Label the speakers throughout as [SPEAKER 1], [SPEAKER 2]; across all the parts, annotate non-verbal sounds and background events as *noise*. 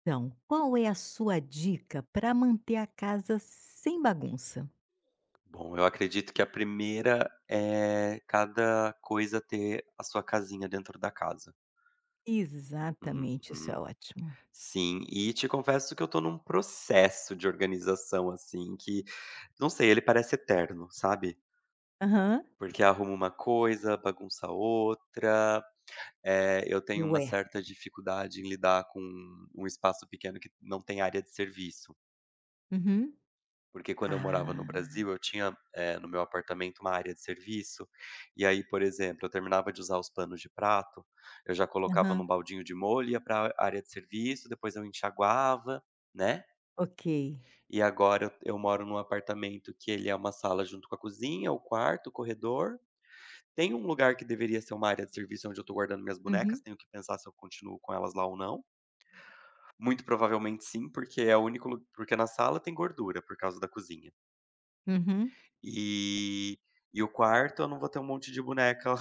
[SPEAKER 1] Então, qual é a sua dica para manter a casa sem bagunça?
[SPEAKER 2] Bom, eu acredito que a primeira é cada coisa ter a sua casinha dentro da casa.
[SPEAKER 1] Exatamente, isso é
[SPEAKER 2] Uhum.
[SPEAKER 1] ótimo.
[SPEAKER 2] Sim, e te confesso que eu tô num processo de organização, assim, que não sei, ele parece eterno, sabe?
[SPEAKER 1] Aham.
[SPEAKER 2] Porque arruma uma coisa, bagunça outra. Eu tenho uma
[SPEAKER 1] Ué.
[SPEAKER 2] certa dificuldade em lidar com um espaço pequeno que não tem área de serviço.
[SPEAKER 1] Uhum.
[SPEAKER 2] Porque quando eu
[SPEAKER 1] Ah.
[SPEAKER 2] morava no Brasil, eu tinha, no meu apartamento uma área de serviço, e aí, por exemplo, eu terminava de usar os panos de prato, eu já colocava num
[SPEAKER 1] Aham.
[SPEAKER 2] baldinho de molho, ia para a área de serviço, depois eu enxaguava, né.
[SPEAKER 1] Ok.
[SPEAKER 2] E agora eu moro num apartamento que ele é uma sala junto com a cozinha, o quarto, o corredor. Tem um lugar que deveria ser uma área de serviço onde eu tô guardando minhas bonecas,
[SPEAKER 1] Uhum.
[SPEAKER 2] tenho que pensar se eu continuo com elas lá ou não. Muito provavelmente sim, porque é o único lu porque na sala tem gordura por causa da cozinha.
[SPEAKER 1] Uhum.
[SPEAKER 2] E e o quarto, eu não vou ter um monte de boneca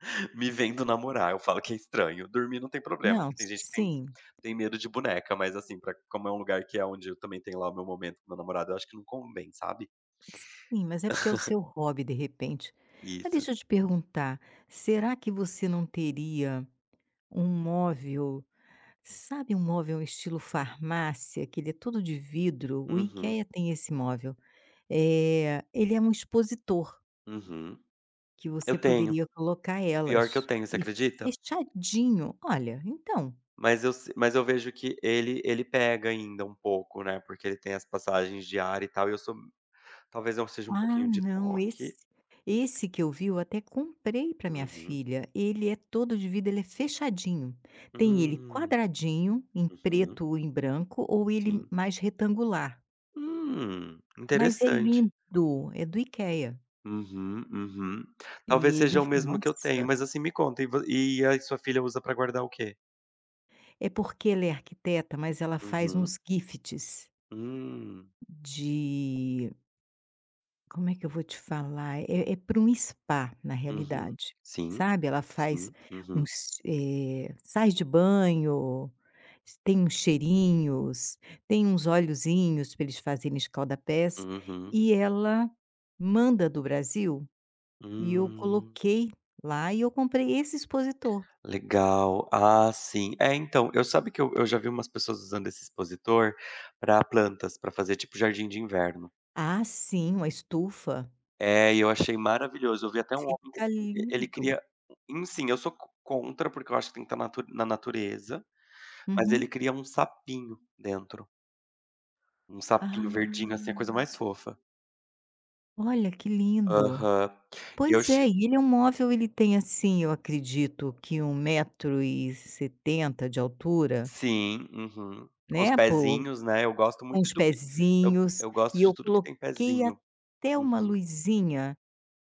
[SPEAKER 2] *laughs* me vendo namorar, eu falo que é estranho. Dormir não tem problema,
[SPEAKER 1] Não,
[SPEAKER 2] porque tem gente que tem
[SPEAKER 1] sim.
[SPEAKER 2] tem medo de boneca, mas assim, pra como é um lugar que é onde eu também tenho lá o meu momento com meu namorado, eu acho que não convém, sabe.
[SPEAKER 1] Sim, mas é porque é o seu hobby, de repente. Mas
[SPEAKER 2] Isso.
[SPEAKER 1] deixa eu te perguntar, será que você não teria um móvel, sabe, um móvel estilo farmácia, que ele é todo de vidro? O
[SPEAKER 2] Uhum,
[SPEAKER 1] IKEA tem esse móvel. Ele é um expositor
[SPEAKER 2] uhum.
[SPEAKER 1] que
[SPEAKER 2] Eu
[SPEAKER 1] você
[SPEAKER 2] tenho,
[SPEAKER 1] poderia colocar
[SPEAKER 2] pior que
[SPEAKER 1] elas.
[SPEAKER 2] eu tenho, você
[SPEAKER 1] Ele
[SPEAKER 2] acredita?
[SPEAKER 1] fechadinho. Olha, então,
[SPEAKER 2] Mas eu se mas eu vejo que ele pega ainda um pouco, né, porque ele tem as passagens de ar e tal, e eu sou talvez eu seja um
[SPEAKER 1] ah,
[SPEAKER 2] pouquinho de
[SPEAKER 1] não, esse
[SPEAKER 2] toque.
[SPEAKER 1] esse que eu vi, eu até comprei para minha
[SPEAKER 2] Uhum.
[SPEAKER 1] filha. Ele é todo de vidro, ele é fechadinho. Tem ele
[SPEAKER 2] Hum.
[SPEAKER 1] quadradinho, em
[SPEAKER 2] Uhum,
[SPEAKER 1] preto ou em branco, ou ele
[SPEAKER 2] sim.
[SPEAKER 1] mais retangular. Mas é
[SPEAKER 2] Interessante.
[SPEAKER 1] lindo, é do IKEA.
[SPEAKER 2] Uhum, uhum. Talvez
[SPEAKER 1] E ele,
[SPEAKER 2] seja o mesmo que eu tenho,
[SPEAKER 1] nossa,
[SPEAKER 2] mas assim, me conta, e a sua filha usa pra guardar o quê?
[SPEAKER 1] é porque ela é arquiteta, mas ela faz
[SPEAKER 2] Uhum.
[SPEAKER 1] uns gifts
[SPEAKER 2] Hum.
[SPEAKER 1] de... Como é que eu vou te falar? É pra um spa, na
[SPEAKER 2] Uhum.
[SPEAKER 1] realidade,
[SPEAKER 2] Sim.
[SPEAKER 1] sabe, ela faz
[SPEAKER 2] Sim. Uhum.
[SPEAKER 1] uns, sais de banho, s tem uns cheirinhos, tem uns óleozinhos para eles fazerem escalda-pés,
[SPEAKER 2] Uhum.
[SPEAKER 1] e ela manda do Brasil, e eu
[SPEAKER 2] Hum.
[SPEAKER 1] coloquei lá e eu comprei esse expositor.
[SPEAKER 2] Legal. Ah, sim. É, então, eu sabe que eu já vi umas pessoas usando esse expositor pra plantas, pra fazer tipo jardim de inverno.
[SPEAKER 1] Ah, sim, uma estufa.
[SPEAKER 2] É, e eu achei maravilhoso. Eu vi até um homem que
[SPEAKER 1] Fica
[SPEAKER 2] ele
[SPEAKER 1] lindo.
[SPEAKER 2] cria e sim, eu sou co contra, porque eu acho que tem que estar natu na natureza, mas ele
[SPEAKER 1] Uhum.
[SPEAKER 2] cria um sapinho dentro, um
[SPEAKER 1] Ah,
[SPEAKER 2] sapinho verdinho, assim, a coisa mais fofa.
[SPEAKER 1] olha que lindo.
[SPEAKER 2] Aham. eu
[SPEAKER 1] Pois
[SPEAKER 2] che
[SPEAKER 1] é, e ele é um móvel, ele tem assim, eu acredito que 1,70 m de altura,
[SPEAKER 2] Sim, uhum. Com os
[SPEAKER 1] né, por
[SPEAKER 2] pezinhos, né, eu gosto
[SPEAKER 1] com
[SPEAKER 2] muito
[SPEAKER 1] os
[SPEAKER 2] do que eu
[SPEAKER 1] pezinhos,
[SPEAKER 2] eu
[SPEAKER 1] e
[SPEAKER 2] gosto de
[SPEAKER 1] eu
[SPEAKER 2] tudo que tem
[SPEAKER 1] coloquei
[SPEAKER 2] pezinho.
[SPEAKER 1] até uma
[SPEAKER 2] Uhum.
[SPEAKER 1] luzinha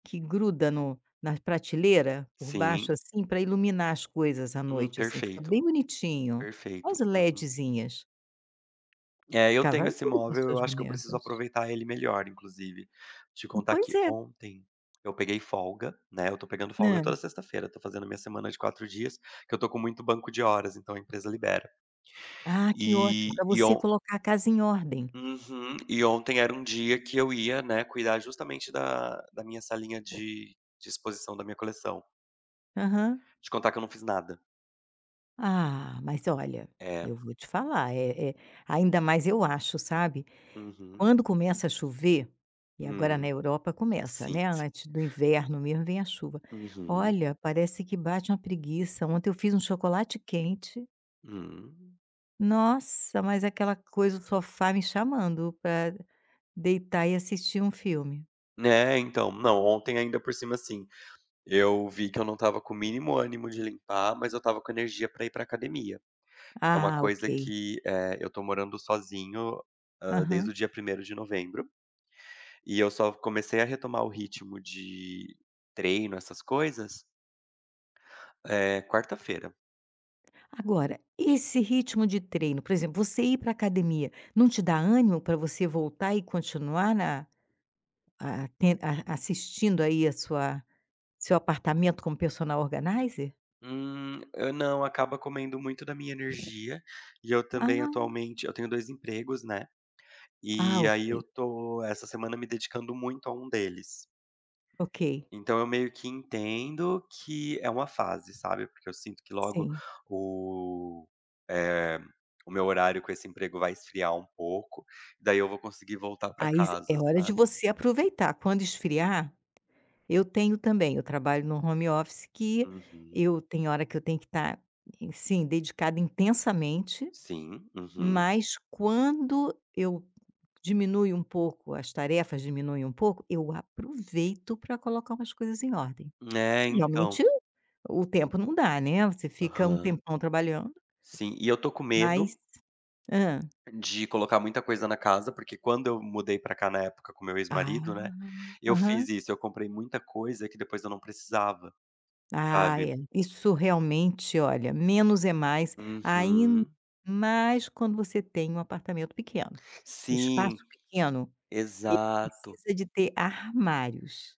[SPEAKER 1] que gruda no na prateleira, por baixo
[SPEAKER 2] Sim.
[SPEAKER 1] assim, para iluminar as coisas à noite, assim, fica
[SPEAKER 2] Perfeito,
[SPEAKER 1] bem bonitinho. As
[SPEAKER 2] perfeito. Uhum.
[SPEAKER 1] LEDzinhas.
[SPEAKER 2] É, eu
[SPEAKER 1] Ficava
[SPEAKER 2] tenho esse
[SPEAKER 1] lindo com as
[SPEAKER 2] móvel,
[SPEAKER 1] suas
[SPEAKER 2] eu acho que eu preciso
[SPEAKER 1] bonecas.
[SPEAKER 2] aproveitar ele melhor, inclusive. Te contar
[SPEAKER 1] Pois
[SPEAKER 2] que
[SPEAKER 1] é.
[SPEAKER 2] ontem eu peguei folga, né, eu tô pegando folga
[SPEAKER 1] Hã.
[SPEAKER 2] toda sexta-feira, tô fazendo minha semana de 4 dias, que eu tô com muito banco de horas, então a empresa libera.
[SPEAKER 1] Ah, que ótimo, para
[SPEAKER 2] E
[SPEAKER 1] você
[SPEAKER 2] on
[SPEAKER 1] colocar a casa em ordem.
[SPEAKER 2] Uhum. E ontem era um dia que eu ia, né, cuidar justamente da minha salinha de exposição da minha coleção.
[SPEAKER 1] Aham.
[SPEAKER 2] Te contar que eu não fiz nada.
[SPEAKER 1] Ah, mas olha,
[SPEAKER 2] É.
[SPEAKER 1] eu vou te falar, ainda mais eu acho, sabe,
[SPEAKER 2] Uhum.
[SPEAKER 1] quando começa a chover, e agora na
[SPEAKER 2] Hum.
[SPEAKER 1] Europa começa, né,
[SPEAKER 2] Sim, sim.
[SPEAKER 1] antes do inverno mesmo vem a chuva.
[SPEAKER 2] Uhum.
[SPEAKER 1] Olha, parece que bate uma preguiça, ontem eu fiz um chocolate quente,
[SPEAKER 2] Hum.
[SPEAKER 1] nossa, mas aquela coisa, o sofá me chamando para deitar e assistir um filme.
[SPEAKER 2] É, então. Não, ontem ainda por cima, assim, eu vi que eu não estava com o mínimo ânimo de limpar, mas eu estava com energia para ir para academia. É uma
[SPEAKER 1] Ah,
[SPEAKER 2] coisa
[SPEAKER 1] ok.
[SPEAKER 2] que, eu tô morando sozinho, desde
[SPEAKER 1] Aham.
[SPEAKER 2] o dia primeiro de novembro, e eu só comecei a retomar o ritmo de treino, essas coisas, quarta-feira.
[SPEAKER 1] Agora, esse ritmo de treino, por exemplo, você ir para academia, não te dá ânimo para você voltar e continuar na... A ten a assistindo aí a sua seu apartamento como personal organizer?
[SPEAKER 2] Eu não, acaba comendo muito da minha energia, e eu também
[SPEAKER 1] Ah,
[SPEAKER 2] atualmente eu tenho 2 empregos, né,
[SPEAKER 1] ah,
[SPEAKER 2] e
[SPEAKER 1] ok,
[SPEAKER 2] aí eu tô essa semana me dedicando muito a um deles.
[SPEAKER 1] ok,
[SPEAKER 2] Então eu meio que entendo que é uma fase, sabe, porque eu sinto que logo
[SPEAKER 1] sim.
[SPEAKER 2] o eh, o meu horário com esse emprego vai esfriar um pouco, daí eu vou conseguir voltar pra
[SPEAKER 1] Aí s
[SPEAKER 2] casa,
[SPEAKER 1] é hora de
[SPEAKER 2] sabe.
[SPEAKER 1] você aproveitar. Quando esfriar, eu tenho também, eu trabalho no home office, que
[SPEAKER 2] Uhum.
[SPEAKER 1] eu tenho hora que eu tenho que estar, sim, dedicada intensamente,
[SPEAKER 2] Sim, uhum.
[SPEAKER 1] mas quando eu diminui um pouco, as tarefas diminuem um pouco, eu aproveito para colocar umas coisas em ordem.
[SPEAKER 2] É,
[SPEAKER 1] Porque
[SPEAKER 2] então.
[SPEAKER 1] realmente o tempo não dá, né, você fica um
[SPEAKER 2] Aham.
[SPEAKER 1] tempão trabalhando,
[SPEAKER 2] Sim, e eu tô com medo
[SPEAKER 1] mas hã.
[SPEAKER 2] de colocar muita coisa na casa, porque quando eu mudei pra cá na época com meu ex-marido,
[SPEAKER 1] Ah,
[SPEAKER 2] né, eu
[SPEAKER 1] aham.
[SPEAKER 2] fiz isso, eu comprei muita coisa que depois eu não precisava,
[SPEAKER 1] Ah, é.
[SPEAKER 2] sabe.
[SPEAKER 1] Isso realmente, olha, menos é mais, ainda
[SPEAKER 2] Uhum.
[SPEAKER 1] mais quando você tem um apartamento pequeno. O espaço
[SPEAKER 2] Sim.
[SPEAKER 1] pequeno, ele
[SPEAKER 2] Exato.
[SPEAKER 1] precisa de ter armários.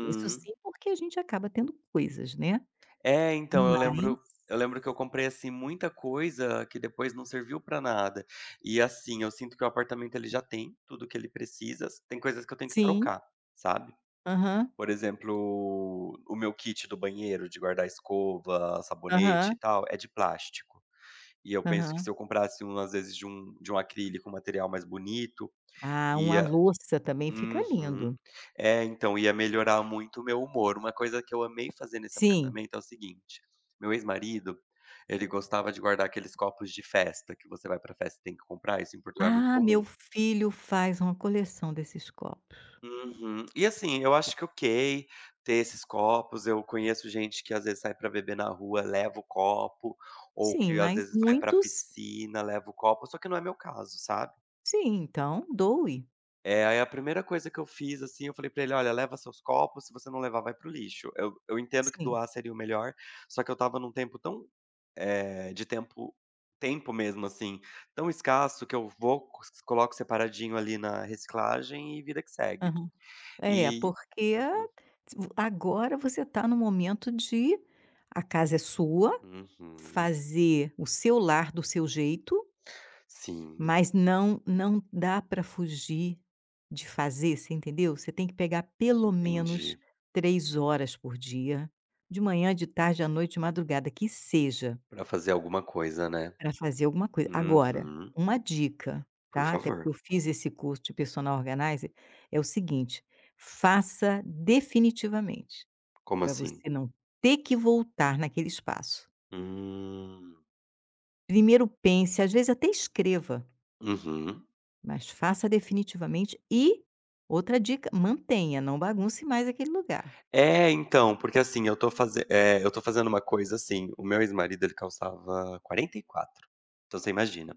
[SPEAKER 1] Isso sim, porque a gente acaba tendo coisas, né.
[SPEAKER 2] É, então,
[SPEAKER 1] Mas
[SPEAKER 2] eu lembro que eu comprei, assim, muita coisa que depois não serviu pra nada. E, assim, eu sinto que o apartamento, ele já tem tudo o que ele precisa, tem coisas que eu tenho que
[SPEAKER 1] sim,
[SPEAKER 2] trocar, sabe.
[SPEAKER 1] aham,
[SPEAKER 2] Por exemplo, o meu kit do banheiro de guardar escova, sabonete
[SPEAKER 1] aham,
[SPEAKER 2] e tal, é de plástico. E eu penso que
[SPEAKER 1] aham.
[SPEAKER 2] se eu comprasse um, às vezes, de um acrílico, um material mais bonito,
[SPEAKER 1] Ah, uma
[SPEAKER 2] ia
[SPEAKER 1] louça também fica lindo.
[SPEAKER 2] Uhum. É, então, ia melhorar muito o meu humor. Uma coisa que eu amei fazer nesse
[SPEAKER 1] Sim.
[SPEAKER 2] apartamento é o seguinte: meu ex-marido, ele gostava de guardar aqueles copos de festa, que você vai pra festa e tem que comprar, isso em Portugal é muito
[SPEAKER 1] Ah, meu
[SPEAKER 2] comum.
[SPEAKER 1] filho faz uma coleção desses copos.
[SPEAKER 2] Uhum. E assim, eu acho que é ok ter esses copos. Eu conheço gente que às vezes sai pra beber na rua, leva o copo, ou
[SPEAKER 1] Sim,
[SPEAKER 2] que às
[SPEAKER 1] mas
[SPEAKER 2] vezes vai pra
[SPEAKER 1] muitos...
[SPEAKER 2] piscina, leva o copo, só que não é meu caso, sabe?
[SPEAKER 1] sim, então doe.
[SPEAKER 2] É, aí a primeira coisa que eu fiz, assim, eu falei pra ele: "Olha, leva seus copos, se você não levar, vai para o lixo". Eu entendo que
[SPEAKER 1] Sim.
[SPEAKER 2] doar seria o melhor, só que eu estava num tempo tão, de tempo mesmo, assim, tão escasso que eu vou, coloco separadinho ali na reciclagem e vida que segue.
[SPEAKER 1] Aham. É,
[SPEAKER 2] E
[SPEAKER 1] porque
[SPEAKER 2] Uhum,
[SPEAKER 1] agora você está no momento de... a casa é sua,
[SPEAKER 2] uhum.
[SPEAKER 1] fazer o seu lar do seu jeito,
[SPEAKER 2] Sim,
[SPEAKER 1] mas não dá para fugir de fazer, você entendeu? Você tem que pegar pelo menos
[SPEAKER 2] entendi.
[SPEAKER 1] 3 horas por dia, de manhã, de tarde, à noite, de madrugada, que seja.
[SPEAKER 2] Pra fazer alguma coisa, né.
[SPEAKER 1] Para fazer alguma coisa. Agora,
[SPEAKER 2] Uhum.
[SPEAKER 1] uma dica,
[SPEAKER 2] Por
[SPEAKER 1] tá, até
[SPEAKER 2] favor.
[SPEAKER 1] porque eu fiz esse curso de personal organizer, é o seguinte: faça definitivamente,
[SPEAKER 2] Como
[SPEAKER 1] para
[SPEAKER 2] assim?
[SPEAKER 1] você não ter que voltar naquele espaço.
[SPEAKER 2] Hum.
[SPEAKER 1] Primeiro pense, às vezes até escreva,
[SPEAKER 2] Uhum.
[SPEAKER 1] mas faça definitivamente e, outra dica, mantenha, não bagunce mais aquele lugar.
[SPEAKER 2] É, então, porque assim, eu tô fazendo uma coisa assim, o meu ex-marido ele calçava 44, então você imagina.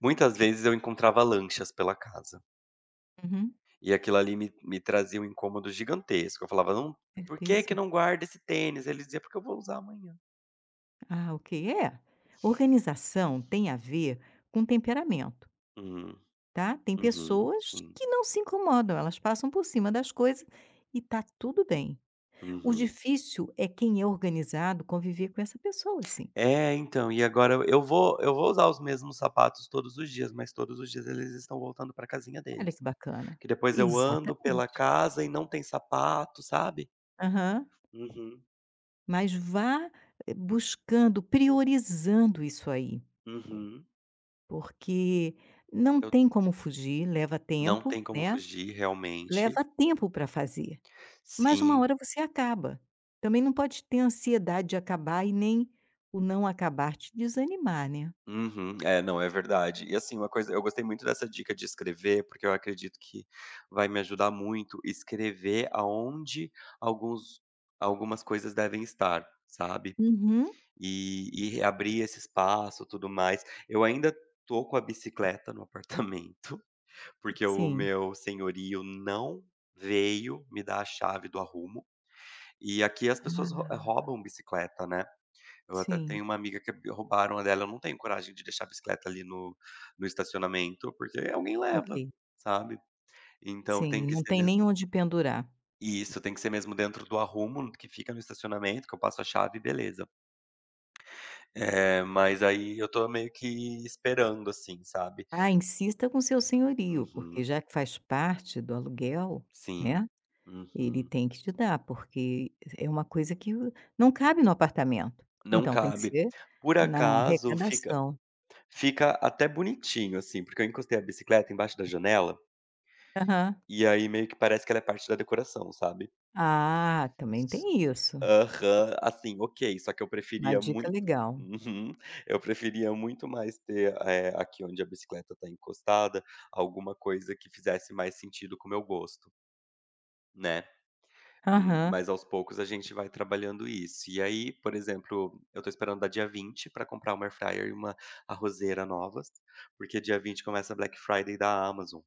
[SPEAKER 2] Muitas vezes eu encontrava lanchas pela casa,
[SPEAKER 1] Uhum,
[SPEAKER 2] e aquilo ali me trazia um incômodo gigantesco, eu falava: "Não, por que que
[SPEAKER 1] certeza.
[SPEAKER 2] não guarda esse tênis?" Ele dizia: "Porque eu vou usar amanhã".
[SPEAKER 1] Ah, ok. É, organização tem a ver com temperamento.
[SPEAKER 2] Hum,
[SPEAKER 1] Tá? Tem
[SPEAKER 2] uhum,
[SPEAKER 1] pessoas
[SPEAKER 2] sim,
[SPEAKER 1] que não se incomodam, elas passam por cima das coisas e tá tudo bem. O
[SPEAKER 2] uhum.
[SPEAKER 1] difícil é quem é organizado conviver com essa pessoa, assim.
[SPEAKER 2] É, então, e agora eu vou usar os mesmos sapatos todos os dias, mas todos os dias eles estão voltando pra casinha
[SPEAKER 1] Olha
[SPEAKER 2] deles,
[SPEAKER 1] que bacana.
[SPEAKER 2] que depois eu ando pela
[SPEAKER 1] Exatamente.
[SPEAKER 2] casa e não tem sapato, sabe?
[SPEAKER 1] Aham.
[SPEAKER 2] Uhum,
[SPEAKER 1] Mas vá buscando, priorizando isso aí,
[SPEAKER 2] uhum.
[SPEAKER 1] porque não
[SPEAKER 2] Eu
[SPEAKER 1] tem como fugir, leva
[SPEAKER 2] Não
[SPEAKER 1] tempo,
[SPEAKER 2] tem como
[SPEAKER 1] né?
[SPEAKER 2] fugir, realmente.
[SPEAKER 1] Leva tempo para fazer, mas uma
[SPEAKER 2] Sim.
[SPEAKER 1] hora você acaba. Também não pode ter ansiedade de acabar e nem o não acabar te desanimar, né?
[SPEAKER 2] Uhum. É, não, é verdade. E, assim, uma coisa eu gostei muito dessa dica de escrever, porque eu acredito que vai me ajudar muito escrever aonde alguns algumas coisas devem estar, sabe.
[SPEAKER 1] Uhum,
[SPEAKER 2] E reabrir esse espaço, tudo mais. Eu ainda tô com a bicicleta no apartamento, *laughs* porque o
[SPEAKER 1] sim.
[SPEAKER 2] meu senhorio não veio me dar a chave do arrumo. E aqui as pessoas
[SPEAKER 1] Ah,
[SPEAKER 2] roubam bicicleta, né. Eu até
[SPEAKER 1] sim,
[SPEAKER 2] tenho uma amiga que roubaram a dela, eu não tenho coragem de deixar a bicicleta ali no estacionamento, porque alguém leva,
[SPEAKER 1] ok.
[SPEAKER 2] sabe. Então tem
[SPEAKER 1] Sim,
[SPEAKER 2] que
[SPEAKER 1] não
[SPEAKER 2] ser
[SPEAKER 1] tem
[SPEAKER 2] mesmo
[SPEAKER 1] nem onde pendurar.
[SPEAKER 2] E isso, tem que ser mesmo dentro do arrumo que fica no estacionamento, que eu passo a chave e beleza. É, mas aí eu tô meio que esperando, assim, sabe.
[SPEAKER 1] Ah, insista com seu senhorio, porque
[SPEAKER 2] Uhum.
[SPEAKER 1] já que faz parte do aluguel, né,
[SPEAKER 2] Sim.
[SPEAKER 1] ele
[SPEAKER 2] Uhum.
[SPEAKER 1] tem que te dar, porque é uma coisa que o não cabe no apartamento,
[SPEAKER 2] Não
[SPEAKER 1] então tem que
[SPEAKER 2] cabe.
[SPEAKER 1] ser
[SPEAKER 2] Por
[SPEAKER 1] na
[SPEAKER 2] acaso
[SPEAKER 1] arrecadação.
[SPEAKER 2] fica até bonitinho, assim, porque eu encostei a bicicleta embaixo da janela,
[SPEAKER 1] Aham.
[SPEAKER 2] e aí meio que parece que ela é parte da decoração, sabe.
[SPEAKER 1] Ah, também tem isso.
[SPEAKER 2] Aham, assim, ok, só que eu
[SPEAKER 1] Uma
[SPEAKER 2] preferia
[SPEAKER 1] dica
[SPEAKER 2] muito,
[SPEAKER 1] legal.
[SPEAKER 2] uhum. Eu preferia muito mais ter, aqui onde a bicicleta tá encostada, alguma coisa que fizesse mais sentido com o meu gosto, né.
[SPEAKER 1] Aham.
[SPEAKER 2] Mas aos poucos a gente vai trabalhando isso. E aí, por exemplo, eu tô esperando dar dia 20 pra comprar uma air fryer e uma arrozeira novas, porque dia 20 começa a Black Friday da Amazon.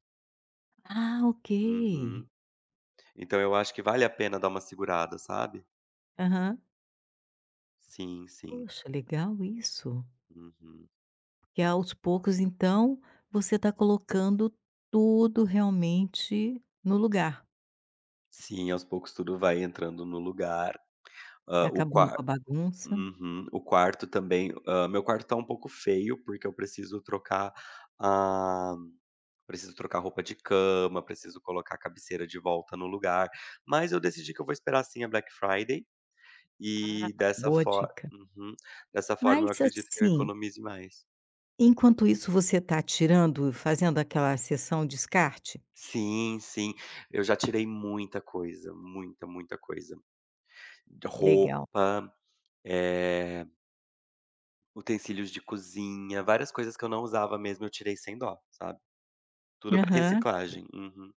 [SPEAKER 1] Ah, ok.
[SPEAKER 2] Uhum. Então eu acho que vale a pena dar uma segurada, sabe.
[SPEAKER 1] Aham.
[SPEAKER 2] Sim, sim.
[SPEAKER 1] Poxa, legal isso.
[SPEAKER 2] Uhum.
[SPEAKER 1] Que aos poucos, então, você está colocando tudo realmente no lugar,
[SPEAKER 2] Sim, aos poucos tudo vai entrando no lugar. Hã,
[SPEAKER 1] tá
[SPEAKER 2] o
[SPEAKER 1] acabando com
[SPEAKER 2] qua
[SPEAKER 1] a bagunça.
[SPEAKER 2] Uhum. O quarto também, meu quarto tá um pouco feio, porque eu preciso trocar a preciso trocar roupa de cama, preciso colocar a cabeceira de volta no lugar, mas eu decidi que eu vou esperar sim a Black Friday
[SPEAKER 1] Ah,
[SPEAKER 2] e dessa
[SPEAKER 1] boa
[SPEAKER 2] for
[SPEAKER 1] dica.
[SPEAKER 2] uhum. Dessa forma
[SPEAKER 1] Mas
[SPEAKER 2] eu acredito que eu
[SPEAKER 1] assim,
[SPEAKER 2] economize mais.
[SPEAKER 1] enquanto isso você está tirando, fazendo aquela sessão descarte?
[SPEAKER 2] Sim, sim. Eu já tirei muita coisa, muita, muita coisa. De
[SPEAKER 1] Legal.
[SPEAKER 2] roupa, Eh, utensílios de cozinha, várias coisas que eu não usava mesmo eu tirei sem dó, sabe. Tudo pra
[SPEAKER 1] Aham.
[SPEAKER 2] reciclagem. Uhum.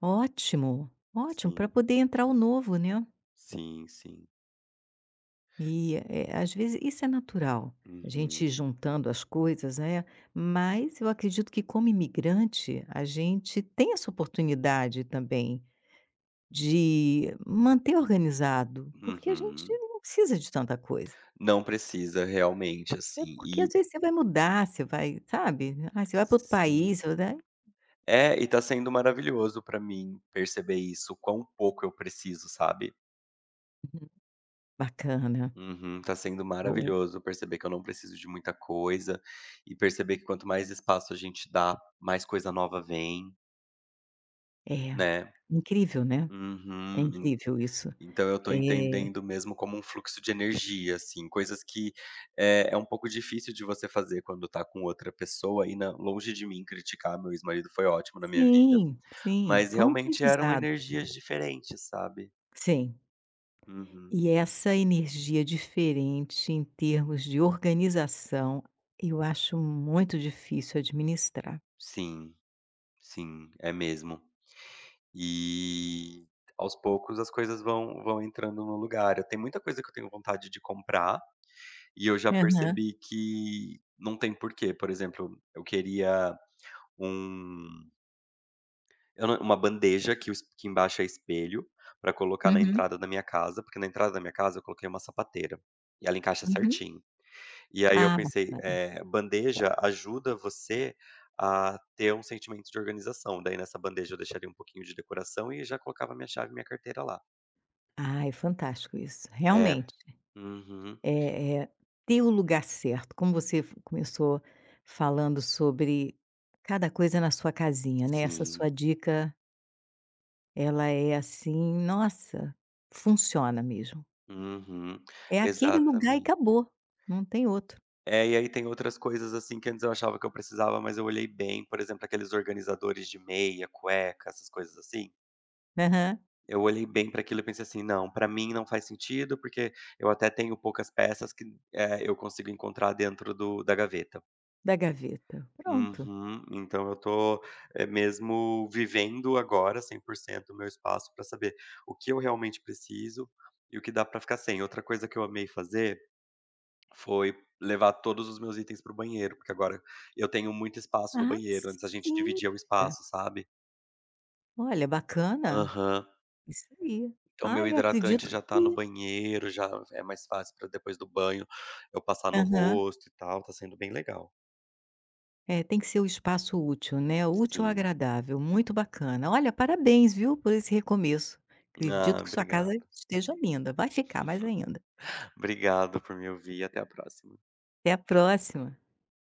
[SPEAKER 1] Ótimo, ótimo, para
[SPEAKER 2] Sim,
[SPEAKER 1] poder entrar o novo, né.
[SPEAKER 2] sim, sim.
[SPEAKER 1] E, às vezes isso é natural, a gente
[SPEAKER 2] Uhum,
[SPEAKER 1] ir juntando as coisas, né, mas eu acredito que como imigrante, a gente tem essa oportunidade também. De manter organizado, porque a gente
[SPEAKER 2] uhum.
[SPEAKER 1] não precisa de tanta coisa.
[SPEAKER 2] Não precisa realmente,
[SPEAKER 1] É
[SPEAKER 2] assim,
[SPEAKER 1] porque às
[SPEAKER 2] e
[SPEAKER 1] vezes você vai mudar, você vai, sabe? Ah, você vai para outro
[SPEAKER 2] sim.
[SPEAKER 1] país, você vai...
[SPEAKER 2] É, e tá sendo maravilhoso pra mim perceber isso, quão pouco eu preciso, sabe.
[SPEAKER 1] Uhum, bacana,
[SPEAKER 2] Uhum, tá sendo
[SPEAKER 1] bom.
[SPEAKER 2] maravilhoso perceber que eu não preciso de muita coisa, e perceber que quanto mais espaço a gente dá, mais coisa nova vem,
[SPEAKER 1] É,
[SPEAKER 2] né.
[SPEAKER 1] incrível, né? É
[SPEAKER 2] Uhum.
[SPEAKER 1] incrível isso.
[SPEAKER 2] Então eu tô
[SPEAKER 1] É,
[SPEAKER 2] entendendo mesmo como um fluxo de energia, assim, coisas que é um pouco difícil de você fazer quando tá com outra pessoa, e na longe de mim criticar, meu ex-marido foi ótimo na minha vida,
[SPEAKER 1] sim, sim,
[SPEAKER 2] mas
[SPEAKER 1] foi um
[SPEAKER 2] realmente eram
[SPEAKER 1] aprendizado.
[SPEAKER 2] energias diferentes, sabe.
[SPEAKER 1] Sim.
[SPEAKER 2] Uhum.
[SPEAKER 1] E essa energia diferente em termos de organização, eu acho muito difícil administrar.
[SPEAKER 2] Sim, sim, é mesmo. E aos poucos as coisas vão entrando no lugar. Eu tenho muita coisa que eu tenho vontade de comprar, e eu já
[SPEAKER 1] Aham.
[SPEAKER 2] percebi que não tem porquê. Por exemplo, eu queria um Eu não uma bandeja que o es que embaixo é espelho, pra colocar na
[SPEAKER 1] Uhum,
[SPEAKER 2] entrada da minha casa, porque na entrada da minha casa eu coloquei uma sapateira, e ela encaixa
[SPEAKER 1] uhum.
[SPEAKER 2] certinho. E aí eu
[SPEAKER 1] Ah,
[SPEAKER 2] pensei,
[SPEAKER 1] bacana.
[SPEAKER 2] bandeja ajuda você a ter um sentimento de organização, daí nessa bandeja eu deixaria um pouquinho de decoração e já colocava minha chave e minha carteira lá.
[SPEAKER 1] Ai, fantástico isso.
[SPEAKER 2] É.
[SPEAKER 1] Realmente,
[SPEAKER 2] Uhum.
[SPEAKER 1] é ter o lugar certo, como você f começou falando sobre cada coisa na sua casinha, né, essa
[SPEAKER 2] Sim.
[SPEAKER 1] sua dica, ela é assim, nossa, funciona mesmo.
[SPEAKER 2] Uhum.
[SPEAKER 1] É aquele lugar e
[SPEAKER 2] Exatamente.
[SPEAKER 1] acabou, não tem outro.
[SPEAKER 2] É, e aí tem outras coisas, assim, que antes eu achava que eu precisava, mas eu olhei bem, por exemplo, aqueles organizadores de meia, cueca, essas coisas assim.
[SPEAKER 1] Aham.
[SPEAKER 2] Eu olhei bem para aquilo e pensei assim: "Não, para mim não faz sentido, porque eu até tenho poucas peças que, eu consigo encontrar dentro do da gaveta".
[SPEAKER 1] Da gaveta. Pronto.
[SPEAKER 2] Uhum. Então eu tô, mesmo vivendo agora 100% o meu espaço para saber o que eu realmente preciso e o que dá para ficar sem. Outra coisa que eu amei fazer foi levar todos os meus itens para o banheiro, porque agora eu tenho muito espaço no
[SPEAKER 1] Ah,
[SPEAKER 2] banheiro, antes a gente
[SPEAKER 1] sim,
[SPEAKER 2] dividia o
[SPEAKER 1] olha.
[SPEAKER 2] espaço, sabe?
[SPEAKER 1] Olha, bacana.
[SPEAKER 2] Aham.
[SPEAKER 1] Isso aí.
[SPEAKER 2] Então, meu
[SPEAKER 1] Olha, eu
[SPEAKER 2] hidratante
[SPEAKER 1] acredito
[SPEAKER 2] já tá no
[SPEAKER 1] que...
[SPEAKER 2] banheiro, já é mais fácil pra depois do banho eu passar no
[SPEAKER 1] aham.
[SPEAKER 2] rosto e tal, tá sendo bem legal.
[SPEAKER 1] É, tem que ser o espaço útil, né, útil
[SPEAKER 2] Sim.
[SPEAKER 1] agradável, muito bacana. Olha, parabéns, viu, por esse recomeço.
[SPEAKER 2] Ah,
[SPEAKER 1] Acredito que sua casa
[SPEAKER 2] obrigado.
[SPEAKER 1] esteja linda, vai ficar mais ainda.
[SPEAKER 2] Obrigado por me ouvir até a próxima.
[SPEAKER 1] Até a próxima.